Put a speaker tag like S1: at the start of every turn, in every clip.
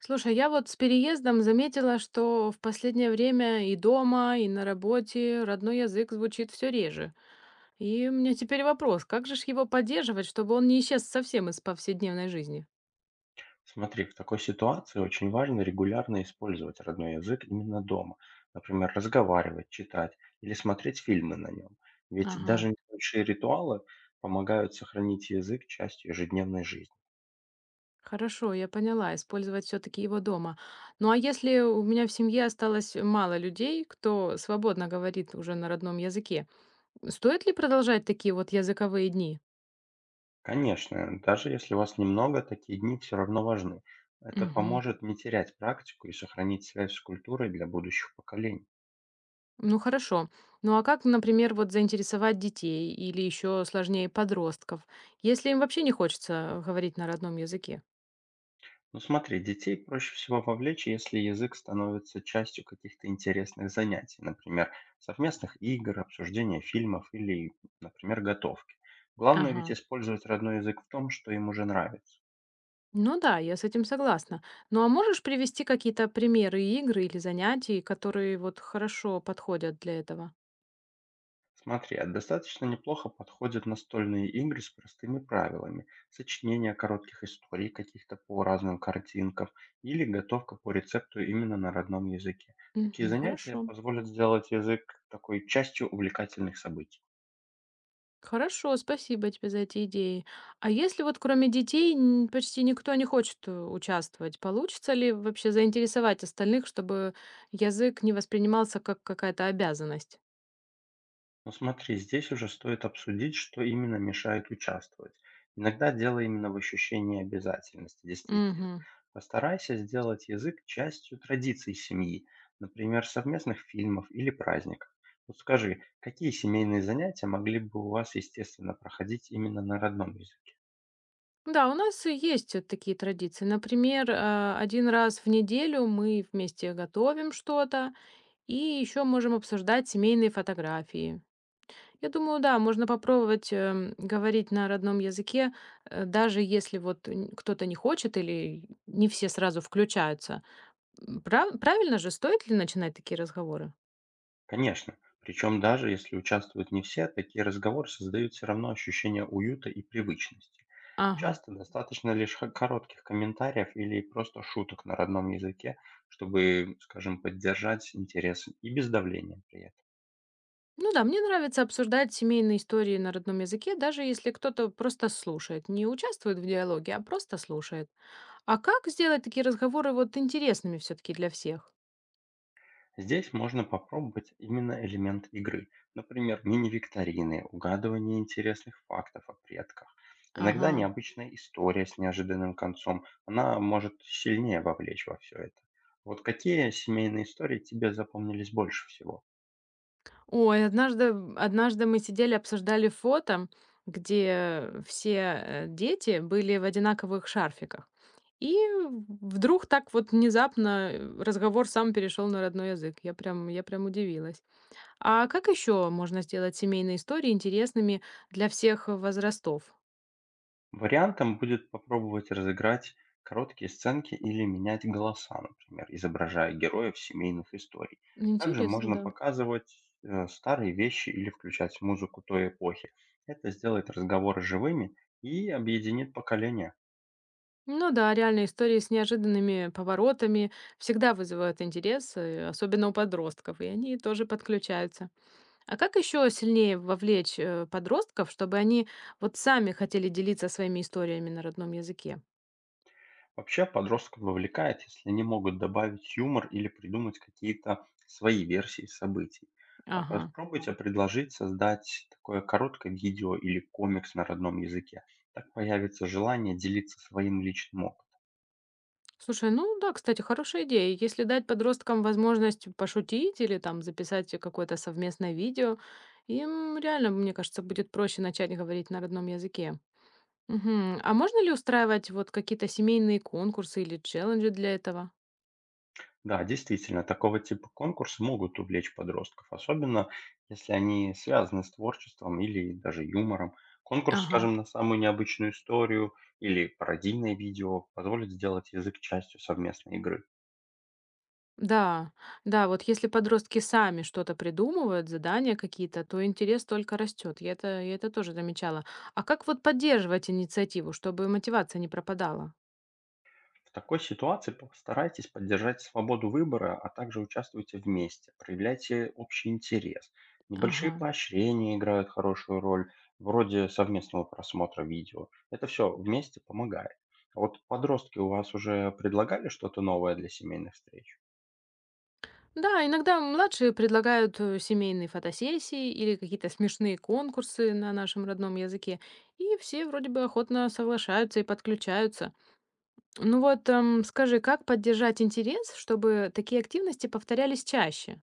S1: Слушай, я вот с переездом заметила, что в последнее время и дома, и на работе родной язык звучит все реже. И у меня теперь вопрос, как же ж его поддерживать, чтобы он не исчез совсем из повседневной жизни?
S2: Смотри, в такой ситуации очень важно регулярно использовать родной язык именно дома. Например, разговаривать, читать или смотреть фильмы на нем. Ведь
S1: Ага,
S2: даже небольшие ритуалы помогают сохранить язык частью ежедневной жизни.
S1: хорошо, я поняла, использовать все-таки его дома. Ну а если у меня в семье осталось мало людей, кто свободно говорит уже на родном языке, стоит ли продолжать такие вот языковые дни?
S2: Конечно, даже если вас немного, такие дни все равно важны. Это
S1: Угу.
S2: поможет не терять практику и сохранить связь с культурой для будущих поколений.
S1: Ну хорошо. Ну а как, например, вот заинтересовать детей или еще сложнее подростков, если им вообще не хочется говорить на родном языке?
S2: Ну смотри, детей проще всего вовлечь, если язык становится частью каких-то интересных занятий, например, совместных игр, обсуждения фильмов или, например, готовки. Главное ведь
S1: Ага.
S2: использовать родной язык в том, что им уже нравится.
S1: Ну да, я с этим согласна. Ну а можешь привести какие-то примеры игр или занятий, которые вот хорошо подходят для этого?
S2: Смотри, а достаточно неплохо подходят настольные игры с простыми правилами, сочинение коротких историй каких-то по разным картинкам или готовка по рецепту именно на родном языке. Такие
S1: Мгм,
S2: занятия
S1: хорошо.
S2: позволят сделать язык такой частью увлекательных событий.
S1: Хорошо, спасибо тебе за эти идеи. А если вот кроме детей почти никто не хочет участвовать, получится ли вообще заинтересовать остальных, чтобы язык не воспринимался как какая-то обязанность?
S2: Ну смотри, здесь уже стоит обсудить, что именно мешает участвовать. Иногда дело именно в ощущении обязательности, действительно.
S1: Мгм.
S2: Постарайся сделать язык частью традиций семьи, например, совместных фильмов или праздников. Вот скажи, какие семейные занятия могли бы у вас, естественно, проходить именно на родном языке?
S1: Да, у нас и есть такие традиции. Например, один раз в неделю мы вместе готовим что-то и еще можем обсуждать семейные фотографии. Я думаю, да, можно попробовать, говорить на родном языке, даже если вот н кто-то не хочет или не все сразу включаются. Правильно же, стоит ли начинать такие разговоры?
S2: Конечно, причем даже если участвуют не все, такие разговоры создают все равно ощущение уюта и привычности.
S1: Ага.
S2: Часто достаточно лишь коротких комментариев или просто шуток на родном языке, чтобы, скажем, поддержать интерес и без давления при
S1: Ну да, мне нравится обсуждать семейные истории на родном языке, даже если кто-то просто слушает, не участвует в диалоге, а просто слушает. А как сделать такие разговоры вот интересными все-таки для всех?
S2: Здесь можно попробовать именно элемент игры, например, мини-викторины, угадывание интересных фактов о предках. Иногда
S1: Ага.
S2: необычная история с неожиданным концом, она может сильнее вовлечь во все это. Вот какие семейные истории тебе запомнились больше всего?
S1: Ой, однажды мы сидели, обсуждали фото, где все, дети были в одинаковых шарфиках. И вдруг так вот внезапно разговор сам перешел на родной язык. Я прям удивилась. А как еще можно сделать семейные истории интересными для всех возрастов?
S2: Вариантом будет попробовать разыграть короткие сценки или менять голоса, например, изображая героев семейных историй. Также
S1: Интересно,
S2: можно
S1: да.
S2: показывать старые вещи или включать музыку той эпохи. Это сделает разговоры живыми и объединит поколения.
S1: Ну да, реальные истории с неожиданными поворотами всегда вызывают интерес, особенно у подростков, и они тоже подключаются. А как еще сильнее вовлечь, подростков, чтобы они вот сами хотели делиться своими историями на родном языке?
S2: Вообще подростков вовлекает, если они могут добавить юмор или придумать какие-то свои версии событий. А
S1: Ага.
S2: попробуйте предложить создать такое короткое видео или комикс на родном языке. Так появится желание делиться своим личным опытом.
S1: Слушай, ну да, кстати, хорошая идея. Если дать подросткам возможность пошутить или там записать какое-то совместное видео, им реально, мне кажется, будет проще начать говорить на родном языке. Мгм. А можно ли устраивать вот какие-то семейные конкурсы или челленджи для этого?
S2: Да, действительно, такого типа конкурсы могут увлечь подростков, особенно если они связаны с творчеством или даже юмором. Конкурс,
S1: Ага.
S2: скажем, на самую необычную историю или пародийное видео позволит сделать язык частью совместной игры.
S1: Да, да, вот если подростки сами что-то придумывают, задания какие-то, то интерес только растет. Я это тоже замечала. А как вот поддерживать инициативу, чтобы мотивация не пропадала?
S2: В такой ситуации постарайтесь поддержать свободу выбора, а также участвуйте вместе, проявляйте общий интерес. Небольшие
S1: Ага.
S2: поощрения играют хорошую роль, вроде совместного просмотра видео. Это все вместе помогает. А вот подростки у вас уже предлагали что-то новое для семейных встреч?
S1: Да, иногда младшие предлагают семейные фотосессии или какие-то смешные конкурсы на нашем родном языке, и все вроде бы охотно соглашаются и подключаются. Ну вот, скажи, как поддержать интерес, чтобы такие активности повторялись чаще?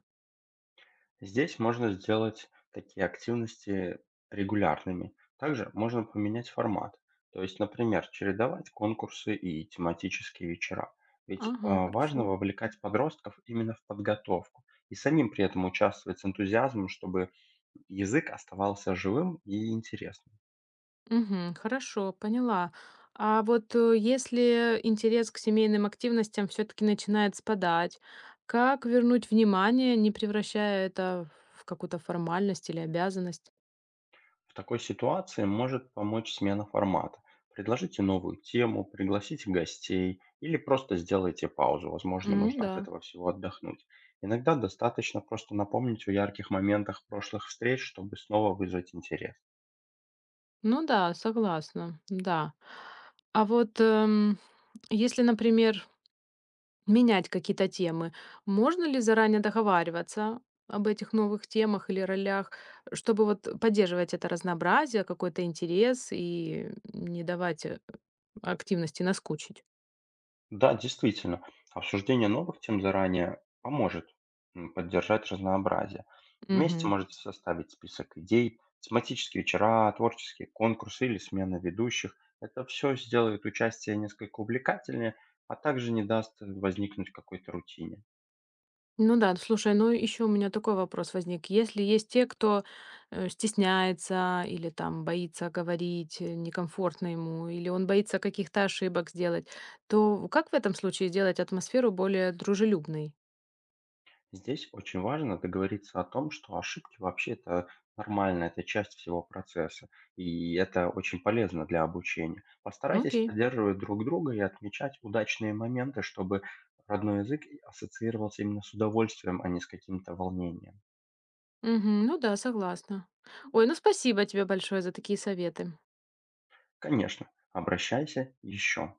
S2: Здесь можно сделать такие активности регулярными. Также можно поменять формат. То есть, например, чередовать конкурсы и тематические вечера. Ведь
S1: Ага,
S2: важно
S1: хорошо.
S2: вовлекать подростков именно в подготовку и самим при этом участвовать с энтузиазмом, чтобы язык оставался живым и интересным.
S1: Мгм. Хорошо, поняла. А вот, если интерес к семейным активностям все таки начинает спадать, как вернуть внимание, не превращая это в какую-то формальность или обязанность?
S2: В такой ситуации может помочь смена формата. Предложите новую тему, пригласите гостей или просто сделайте паузу. Возможно,
S1: Ну
S2: нужно от
S1: да,
S2: этого всего отдохнуть. Иногда достаточно просто напомнить о ярких моментах прошлых встреч, чтобы снова вызвать интерес.
S1: ну да, согласна, да. А вот, если, например, менять какие-то темы. Можно ли заранее договариваться об этих новых темах или ролях, чтобы вот поддерживать это разнообразие, какой-то интерес и не давать активности наскучить?
S2: Да, действительно, обсуждение новых тем заранее поможет поддержать разнообразие. Вместе
S1: Мгм.
S2: можете составить список идей, тематические вечера, творческие конкурсы или смена ведущих. Это все сделает участие несколько увлекательнее, а также не даст возникнуть какой-то рутине.
S1: Ну да, слушай, ну еще у меня такой вопрос возник. Если есть те, кто стесняется или там боится говорить, некомфортно ему, или он боится каких-то ошибок сделать, то как в этом случае сделать атмосферу более дружелюбной?
S2: Здесь очень важно договориться о том, что ошибки вообще это нормально, это часть всего процесса, и это очень полезно для обучения. Постарайтесь
S1: Окей.
S2: поддерживать друг друга и отмечать удачные моменты, чтобы родной язык и ассоциировался именно с удовольствием, а не с каким-то волнением.
S1: Мгм. Ну да, согласна. Ой, ну спасибо тебе большое за такие советы.
S2: Конечно, обращайся еще.